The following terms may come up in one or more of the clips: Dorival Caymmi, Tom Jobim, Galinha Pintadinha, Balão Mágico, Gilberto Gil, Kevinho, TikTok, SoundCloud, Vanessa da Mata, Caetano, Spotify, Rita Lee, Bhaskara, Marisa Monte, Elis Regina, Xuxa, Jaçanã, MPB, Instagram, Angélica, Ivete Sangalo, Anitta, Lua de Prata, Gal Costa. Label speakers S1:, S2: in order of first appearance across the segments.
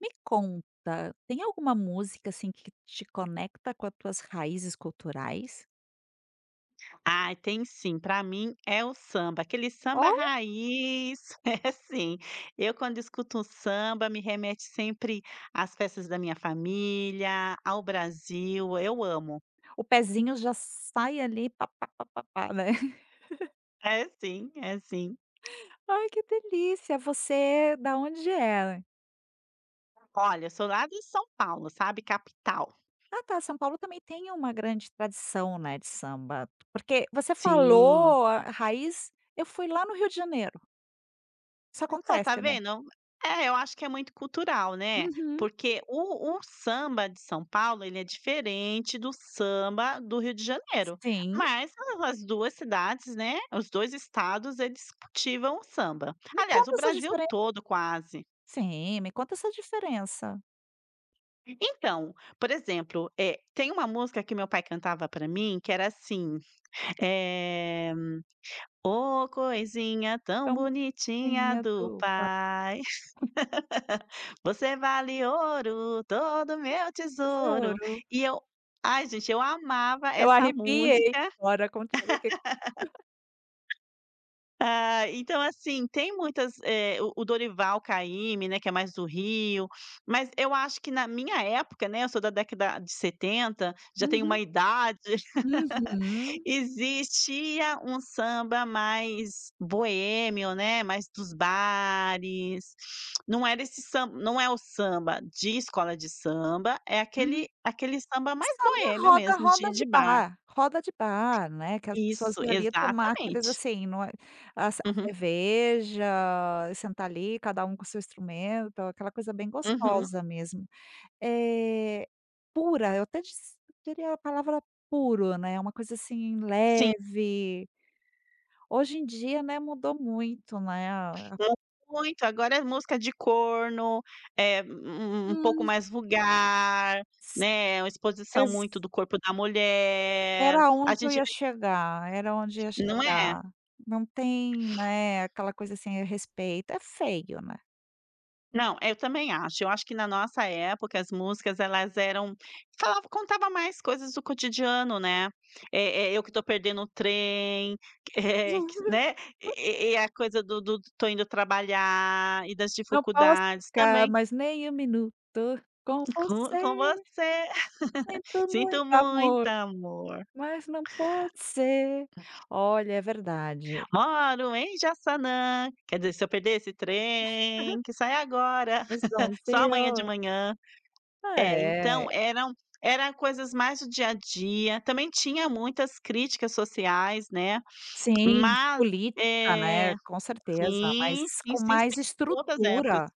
S1: Me conta, tem alguma música, assim, que te conecta com as tuas raízes culturais?
S2: Ai, tem sim. Para mim é o samba, aquele samba
S1: Ou
S2: raiz. É assim, eu quando escuto um samba me remete sempre às festas da minha família, ao Brasil, eu amo.
S1: o pezinho já sai ali pá, pá, pá, pá, pá, né.
S2: É sim, é sim.
S1: Ai, que delícia, você da onde é?
S2: Olha, eu sou lá de São Paulo, sabe, capital.
S1: Ah, tá, São Paulo também tem uma grande tradição, né, de samba, porque você
S2: Sim.
S1: falou a raiz, eu fui lá no Rio de Janeiro. Isso
S2: Ah, tá
S1: acontece, né?
S2: vendo? É, eu acho que é muito cultural, né,
S1: Uhum.
S2: porque o samba de São Paulo, ele é diferente do samba do Rio de Janeiro,
S1: Sim.
S2: mas as 2 cidades, né, os 2 estados, eles cultivam o samba.
S1: Me
S2: Aliás, o
S1: conta essa
S2: Brasil
S1: diferença.
S2: todo quase.
S1: Sim, me conta essa diferença.
S2: Então, por exemplo, tem uma música que meu pai cantava pra mim que era assim, é "Ô coisinha tão
S1: Tão
S2: bonitinha
S1: boquinha
S2: do
S1: do
S2: pai". Você vale ouro, todo meu tesouro.
S1: passarinho.
S2: E eu ai gente, eu amava
S1: Eu
S2: essa
S1: arrepiei
S2: música.
S1: agora contando que.
S2: Ah, então assim, tem muitas, o Dorival Caymmi, né, que é mais do Rio, mas eu acho que na minha época, né, eu sou da década de 70, já tenho uma
S1: Uhum,
S2: idade.
S1: uhum,
S2: Existia um samba mais boêmio, né, mais dos bares, não é o samba de escola de samba, é
S1: uhum.
S2: aquele samba mais
S1: Sabe
S2: boêmio
S1: roda
S2: mesmo de
S1: roda de
S2: de bar.
S1: bar, roda de bar, né, que as pessoas
S2: Isso,
S1: iam ali tomar aqueles
S2: exatamente.
S1: assim, não é a ce a
S2: Uhum,
S1: cerveja, sentar ali, cada um com o seu instrumento, aquela coisa bem
S2: uhum.
S1: gostosa mesmo. Eh, Pura, eu até dis Diria a palavra puro, né, uma coisa assim
S2: Sim,
S1: leve. Hoje em dia, né, mudou muito, né. a
S2: muito, agora é música de corno, é um pouco
S1: Hum.
S2: mais vulgar,
S1: s
S2: né, é uma exposição
S1: ex
S2: muito do corpo da mulher,
S1: Era
S2: a
S1: onde eu
S2: gente
S1: ia
S2: vê,
S1: chegar, era onde eu ia
S2: não é?
S1: chegar. Não tem, né, aquela coisa assim, é respeito, é feio, né.
S2: Não, eu também acho. Eu acho que na nossa época as músicas elas eram, falava contava mais coisas do cotidiano, né. "É é eu que tô perdendo o trem", eh, que né, e a coisa do "tô indo trabalhar" e das
S1: Não posso
S2: dificuldades
S1: ficar
S2: também.
S1: mais nem um minuto com
S2: "Com
S1: você,
S2: com você
S1: sinto
S2: sinto
S1: muito
S2: muito
S1: amor,
S2: amor,
S1: mas não pode ser. Olha, é verdade,
S2: moro em Jaçanã, quer dizer, se eu perder esse trem que sai agora,
S1: às 11
S2: só amanhã de
S1: horas.
S2: manhã". É, então
S1: é,
S2: eram coisas mais do dia a dia, também tinha muitas críticas sociais, né,
S1: sim,
S2: mas,
S1: política,
S2: eh
S1: né, com certeza, mas
S2: sim, sim,
S1: com
S2: sim, sim,
S1: mais
S2: em outras épocas.
S1: estrutura,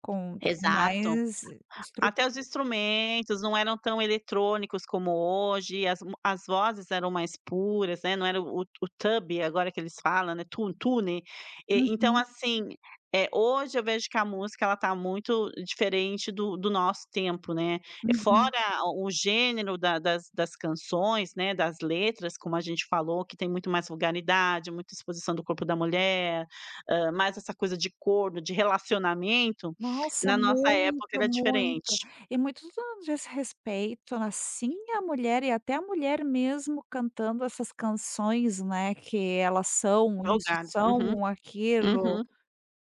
S1: com tinha
S2: Exato.
S1: mais estrutura.
S2: Até os instrumentos não eram tão eletrônicos como hoje, as vozes eram mais puras, né, não era o tub agora que eles falam, né, tu tune. E então
S1: Uhum,
S2: assim, hoje eu vejo que a música ela tá muito diferente do nosso tempo, né. É.
S1: uhum.
S2: Fora o gênero da das das canções, né, das letras, como a gente falou, que tem muito mais vulgaridade, muita exposição do corpo da mulher, mais essa coisa de corno, de relacionamento,
S1: Nossa,
S2: na nossa época
S1: muito,
S2: era
S1: muito.
S2: diferente.
S1: E muitos um desrespeito, assim, a mulher e até a mulher mesmo cantando essas canções, né, que elas são isso,
S2: Salgados. Uhum,
S1: são aquilo.
S2: uhum.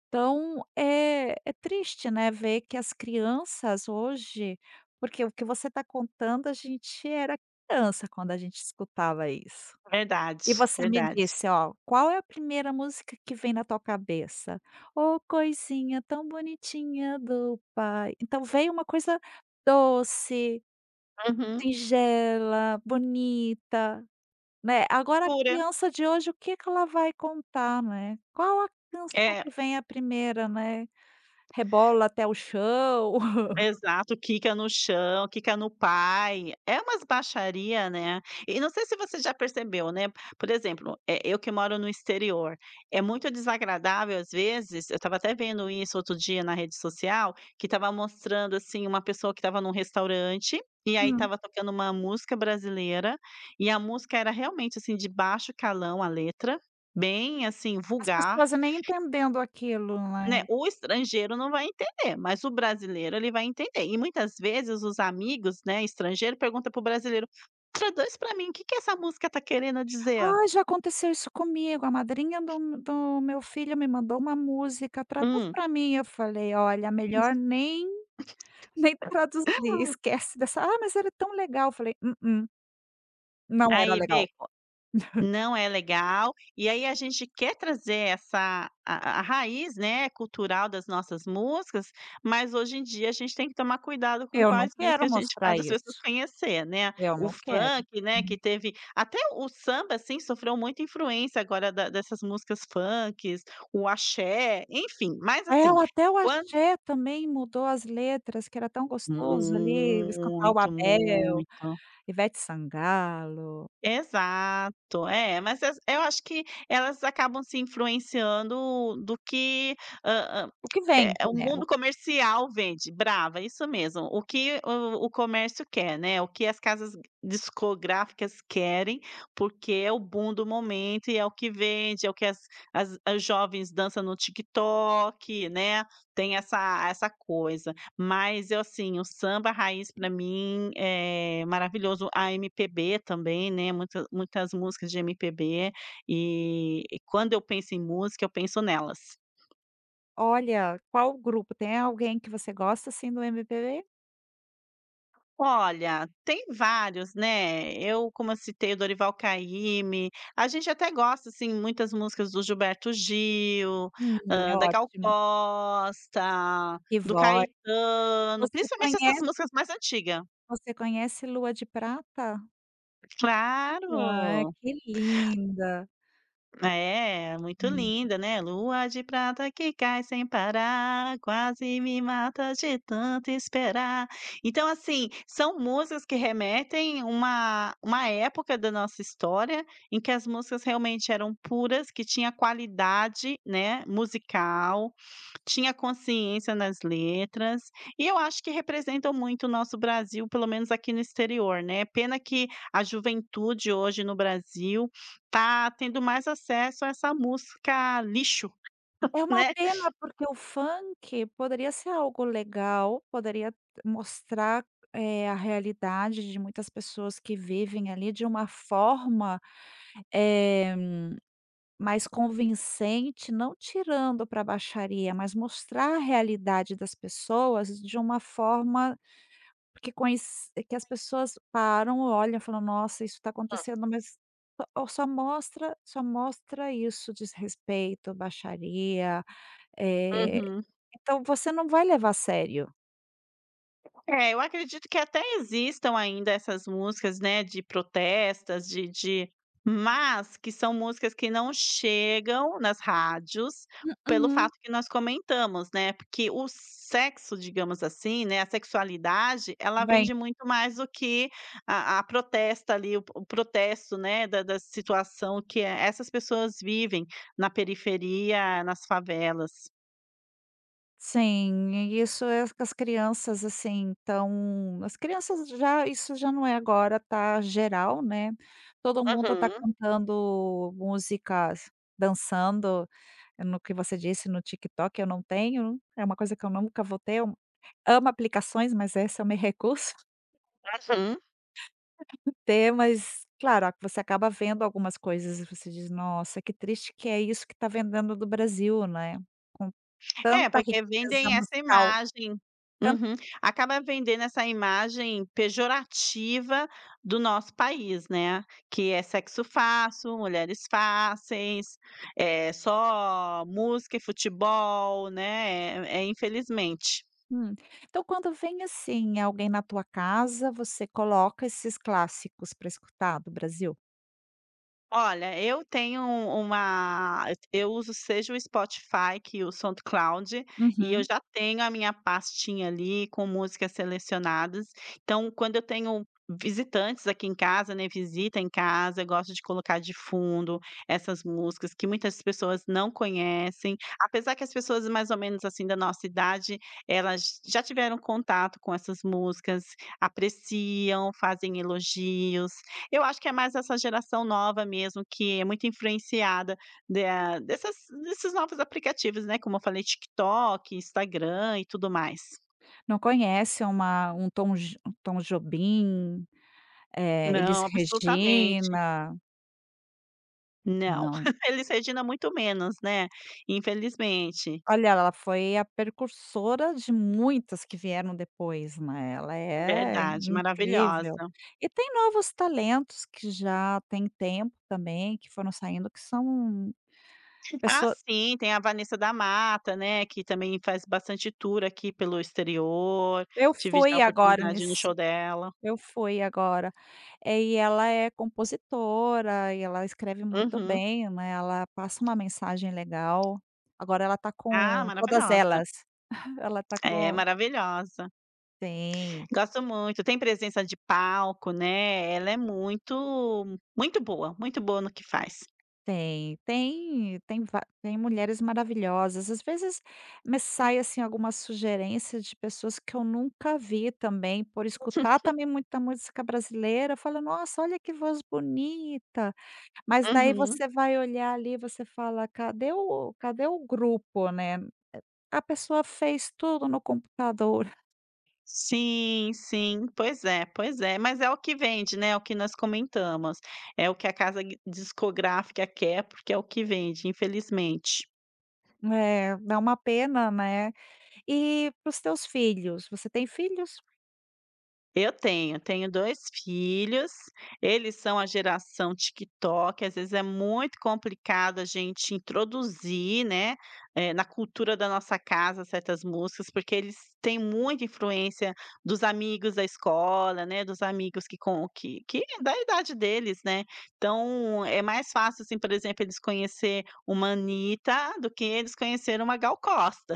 S1: Então, é triste, né, ver que as crianças hoje, porque o que você está contando, a gente era criança quando a gente escutava isso.
S2: Verdade,
S1: E você me
S2: verdade.
S1: disse: "Ó, qual é a primeira música que vem na tua cabeça?". "Oh, coisinha tão bonitinha do pai". Então veio uma coisa doce,
S2: Uhum.
S1: singela, bonita, né. Agora a
S2: Pura.
S1: criança de hoje, o que que ela vai contar, né. Qual a canção
S2: É
S1: que vem a primeira, né. "Rebola até o chão".
S2: Exato, quica no chão, quica no pai, é umas baixaria, né. E não sei se você já percebeu, né, por exemplo, eu que moro no exterior, é muito desagradável às vezes, eu estava até vendo isso outro dia na rede social, que estava mostrando, assim, uma pessoa que estava num restaurante, e aí
S1: Hum.
S2: estava tocando uma música brasileira, e a música era realmente, assim, de baixo calão a letra, bem, assim,
S1: As
S2: vulgar,
S1: pessoas nem entendendo aquilo, né.
S2: né, o estrangeiro não vai entender, mas o brasileiro ele vai entender. E muitas vezes os amigos, né, estrangeiro pergunta pro brasileiro: "Traduz para mim, o que que essa música tá querendo dizer?
S1: Ai, já aconteceu isso comigo, a madrinha do meu filho me mandou uma música: "Traduz
S2: Hum".
S1: para mim", eu falei: "Olha, melhor nem nem traduzir, esquece dessa". "Ah, mas era tão legal", eu falei: "Mm-mm, não era
S2: Aí
S1: legal,
S2: vê Não é legal, e aí a gente quer trazer essa a raiz, né, cultural das nossas músicas, mas hoje em dia a gente tem que tomar cuidado com
S1: eu não
S2: quais
S1: quero
S2: músicas a gente
S1: mostrar
S2: faz as pessoas
S1: isso,
S2: conhecer, né.
S1: eu
S2: O
S1: não quero".
S2: funk, né, que
S1: Hum.
S2: teve até o samba, assim, sofreu muita influência agora da dessas músicas funks, o axé, enfim, mas
S1: Aí
S2: assim,
S1: ela até o
S2: quan
S1: axé também mudou as letras, que era tão gostoso ali escutar o
S2: muito,
S1: Abel,
S2: muito.
S1: Ivete Sangalo,
S2: Exato, é, mas as eu acho que elas acabam se influenciando do que, hã hã,
S1: o que vende,
S2: o
S1: né.
S2: mundo comercial vende, brava, isso mesmo, o que o comércio quer, né, o que as casas discográficas querem, porque é o boom do momento e é o que vende, é o que as jovens dançam no TikTok, né, tem essa coisa. Mas eu, assim, o samba raiz para mim é maravilhoso, a MPB também, né, muitas músicas de MPB, e quando eu penso em música eu penso nelas.
S1: Olha, qual grupo, tem alguém que você gosta, assim, do MPB?
S2: Olha, tem vários, né, eu como eu citei o Dorival Caymmi, a gente até gosta, assim, muitas músicas do Gilberto Gil,
S1: Ela é
S2: da Gal
S1: ótima.
S2: Costa,
S1: Que
S2: do
S1: voz.
S2: Caetano,
S1: Você
S2: principalmente essas
S1: conhece
S2: músicas mais antiga.
S1: você conhece Lua de Prata? Ah,
S2: Claro.
S1: que linda.
S2: É, muito
S1: Hum.
S2: linda, né. Lua de prata que cai sem parar, quase me mata de tanto esperar. Então, assim, são músicas que remetem uma época da nossa história em que as músicas realmente eram puras, que tinha qualidade, né, musical. Tinha consciência nas letras, e eu acho que representam muito o nosso Brasil, pelo menos aqui no exterior, né. Pena que a juventude hoje no Brasil tá tendo mais acesso a essa música lixo,
S1: É uma
S2: né.
S1: pena porque o funk poderia ser algo legal, poderia mostrar, a realidade de muitas pessoas que vivem ali de uma forma, eh, mais convincente, não tirando para a baixaria, mas mostrar a realidade das pessoas de uma forma. Porque conhec Que as pessoas param, olham, falam: "Nossa, isso está acontecendo", mas só mostra isso, desrespeito, baixaria, eh,
S2: Uhum.
S1: então você não vai levar a sério.
S2: É, eu acredito que até existam ainda essas músicas, né, de protestas, de mas que são músicas que não chegam nas rádios, pelo fato
S1: Mm-mm.
S2: que nós comentamos, né, porque o sexo, digamos assim, né, a sexualidade, ela
S1: Vem
S2: vende muito mais do que a protesta ali, o protesto, né, da situação que essas pessoas vivem na periferia, nas favelas.
S1: Sim, e isso é que as crianças, assim, então as crianças já isso já não é agora, tá geral, né, todo mundo tá
S2: Uhum,
S1: cantando músicas, dançando, no que você disse no TikTok eu não tenho, é uma coisa que eu nunca vou ter, eu amo aplicações, mas esse é o meu recurso.
S2: uhum.
S1: Mas claro, você acaba vendo algumas coisas e você diz: "Nossa, que triste que é isso que tá vendendo do Brasil, né, com
S2: É,
S1: tanta
S2: porque
S1: riqueza
S2: vendem essa
S1: musical".
S2: imagem, uhum. Acaba vendendo essa imagem pejorativa do nosso país, né, que é sexo fácil, mulheres fáceis, é só música e futebol, né, infelizmente.
S1: Hum. Então, quando vem, assim, alguém na tua casa, você coloca esses clássicos para escutar do Brasil?
S2: Olha, eu tenho uma eu uso seja o Spotify que o SoundCloud, e eu
S1: Uhum.
S2: já tenho a minha pastinha ali com músicas selecionadas. Então, quando eu tenho visitantes aqui em casa, né, visita em casa, eu gosto de colocar de fundo essas músicas que muitas pessoas não conhecem, apesar que as pessoas mais ou menos, assim, da nossa idade, elas já tiveram contato com essas músicas, apreciam, fazem elogios. Eu acho que é mais essa geração nova mesmo, que é muito influenciada da dessas desses novos aplicativos, né, como eu falei, TikTok, Instagram e tudo mais.
S1: Não conhece uma um Tom Jo um Tom Jobim, Elis
S2: Não, absolutamente.
S1: Regina?
S2: Não.
S1: Não.
S2: Eles Regina muito menos, né, infelizmente.
S1: Olha, ela foi a precursora de muitas que vieram depois, né, ela é
S2: Verdade,
S1: incrível.
S2: maravilhosa.
S1: E tem novos talentos que já tem tempo também, que foram saindo, que são
S2: Ah,
S1: pessoa
S2: sim, tem a Vanessa da Mata, né, que também faz bastante tour aqui pelo exterior,
S1: eu
S2: tive já a
S1: fui agora
S2: oportunidade de ir no
S1: nesse.
S2: show dela.
S1: Eu fui agora. E ela é compositora e ela escreve muito
S2: Uhum.
S1: bem, né, ela passa uma mensagem legal. Agora ela tá
S2: Ah,
S1: com todas
S2: maravilhosa.
S1: elas. Ela tá
S2: É,
S1: com
S2: maravilhosa.
S1: tem,
S2: Gosto muito, tem presença de palco, né, ela é muito muito boa no que faz.
S1: tem, tem tem va tem mulheres maravilhosas. Às vezes me sai, assim, algumas sugerências de pessoas que eu nunca vi também, por escutar também muita música brasileira, eu falo: "Nossa, olha que voz bonita". Mas daí
S2: Uhum.
S1: você vai olhar ali, você fala: "Cadê o grupo, né?". A pessoa fez tudo no computador.
S2: Sim, sim, pois é, mas é o que vende, né, é o que nós comentamos, é o que a casa gui discográfica quer, porque é o que vende, infelizmente.
S1: É, dá uma pena, né. E para os teus filhos, você tem filhos?
S2: Eu tenho, tenho 2 filhos, eles são a geração TikTok, às vezes é muito complicado a gente introduzir, né, na cultura da nossa casa certas músicas, porque eles têm muita influência dos amigos da escola, né, dos amigos que com que é da idade deles, né. Então, é mais fácil, assim, por exemplo, eles conhecer uma Anitta do que eles conhecer uma Gal Costa.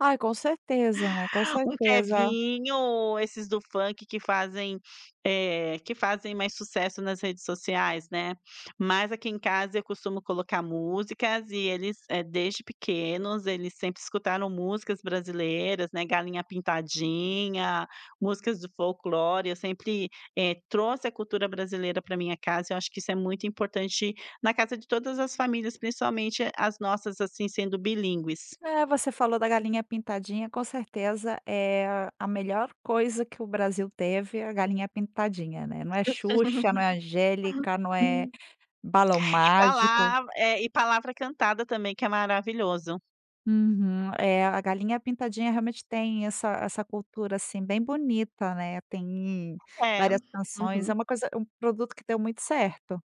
S1: Ai, com certeza, né, com
S2: Um
S1: certeza.
S2: Kevinho, esses do funk que fazem, que fazem mais sucesso nas redes sociais, né. Mas aqui em casa eu costumo colocar músicas e eles, desde pequenos, eles sempre escutaram músicas brasileiras, né, Galinha Pintadinha, músicas do folclore, eu sempre, trouxe a cultura brasileira pra minha casa, eu acho que isso é muito importante na casa de todas as famílias, principalmente as nossas, assim, sendo bilíngues.
S1: É, você falou da galinha pintadinha, com certeza é a melhor coisa que o Brasil teve, a galinha pintadinha, né. Não é Xuxa, não é Angélica, não é balão
S2: E
S1: mágico.
S2: palavra é, e palavra cantada também que é maravilhoso.
S1: Uhum. É, a Galinha Pintadinha realmente tem essa cultura, assim, bem bonita, né, tem
S2: É,
S1: várias canções, é
S2: uhum.
S1: uma coisa um produto que deu muito certo.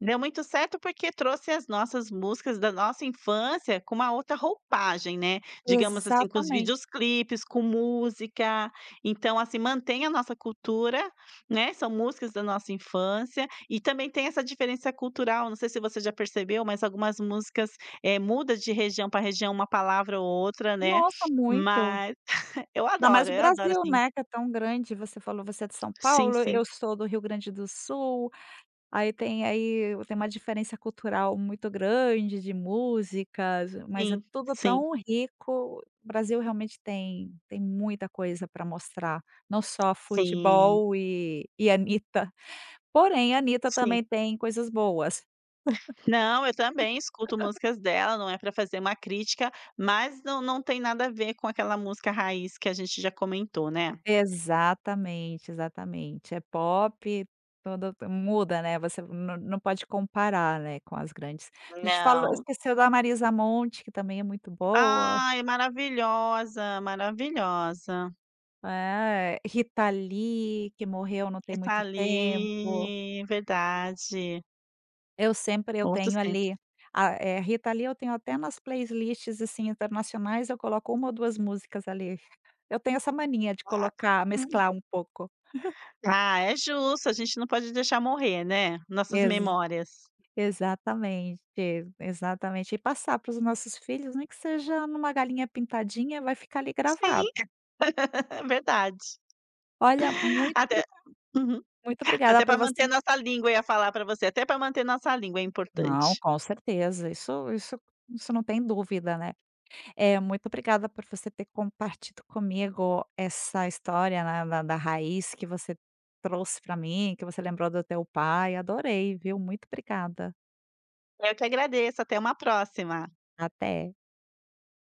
S2: Deu muito certo porque trouxe as nossas músicas da nossa infância com uma outra roupagem, né, digamos assim, com os
S1: Exatamente.
S2: videoclipes, com música, então, assim, mantém a nossa cultura, né, são músicas da nossa infância e também tem essa diferença cultural, não sei se você já percebeu, mas algumas músicas, muda de região para região uma palavra ou outra, né,
S1: Nossa, muito.
S2: mas
S1: Ainda mais o
S2: eu adoro
S1: Brasil,
S2: assim.
S1: né, que é tão grande, você falou, você é de São
S2: Sim,
S1: Paulo,
S2: sim.
S1: eu sou do Rio Grande do Sul. Aí tem uma diferença cultural muito grande de músicas, mas é
S2: Sim,
S1: tudo
S2: sim,
S1: tão rico. O Brasil realmente tem muita coisa para mostrar, não só
S2: sim,
S1: futebol e Anitta, porém a Anitta também
S2: sim.
S1: tem coisas boas.
S2: Não, eu também escuto músicas dela, não é para fazer uma crítica, mas não tem nada a ver com aquela música raiz que a gente já comentou, né.
S1: Exatamente, exatamente. É pop, tudo muda, né, você não pode comparar, né, com as grandes. A gente falou
S2: Não.
S1: esqueceu da Marisa Monte, que também é muito boa.
S2: Ai, maravilhosa, maravilhosa.
S1: É, Rita Lee, que morreu não tem
S2: E tá
S1: muito tempo,
S2: ali, verdade.
S1: eu
S2: Outros
S1: tenho
S2: tempos.
S1: ali a Rita Lee eu tenho até nas playlists, assim, internacionais, eu coloco uma ou 2 músicas ali. Eu tenho essa mania de
S2: Ah,
S1: colocar
S2: hum.
S1: mesclar um pouco.
S2: Ah, é justo, a gente não pode deixar morrer, né, nossas
S1: Ex
S2: memórias.
S1: exatamente, exatamente. E passar para os nossos filhos, nem que seja numa galinha pintadinha, vai ficar ali
S2: Sim,
S1: gravado.
S2: é verdade.
S1: Olha, muito
S2: Até
S1: obri
S2: uhum.
S1: muito obrigada
S2: Até
S1: para
S2: para
S1: você.
S2: manter nossa língua, eu ia falar para você, até para manter nossa língua é
S1: Não,
S2: importante.
S1: Com certeza, isso não tem dúvida, né. É, muito obrigada por você ter compartido comigo essa história, né, da raiz que você trouxe para mim, que você lembrou do teu pai, adorei, viu, muito obrigada.
S2: Eu que agradeço, até uma próxima.
S1: Até.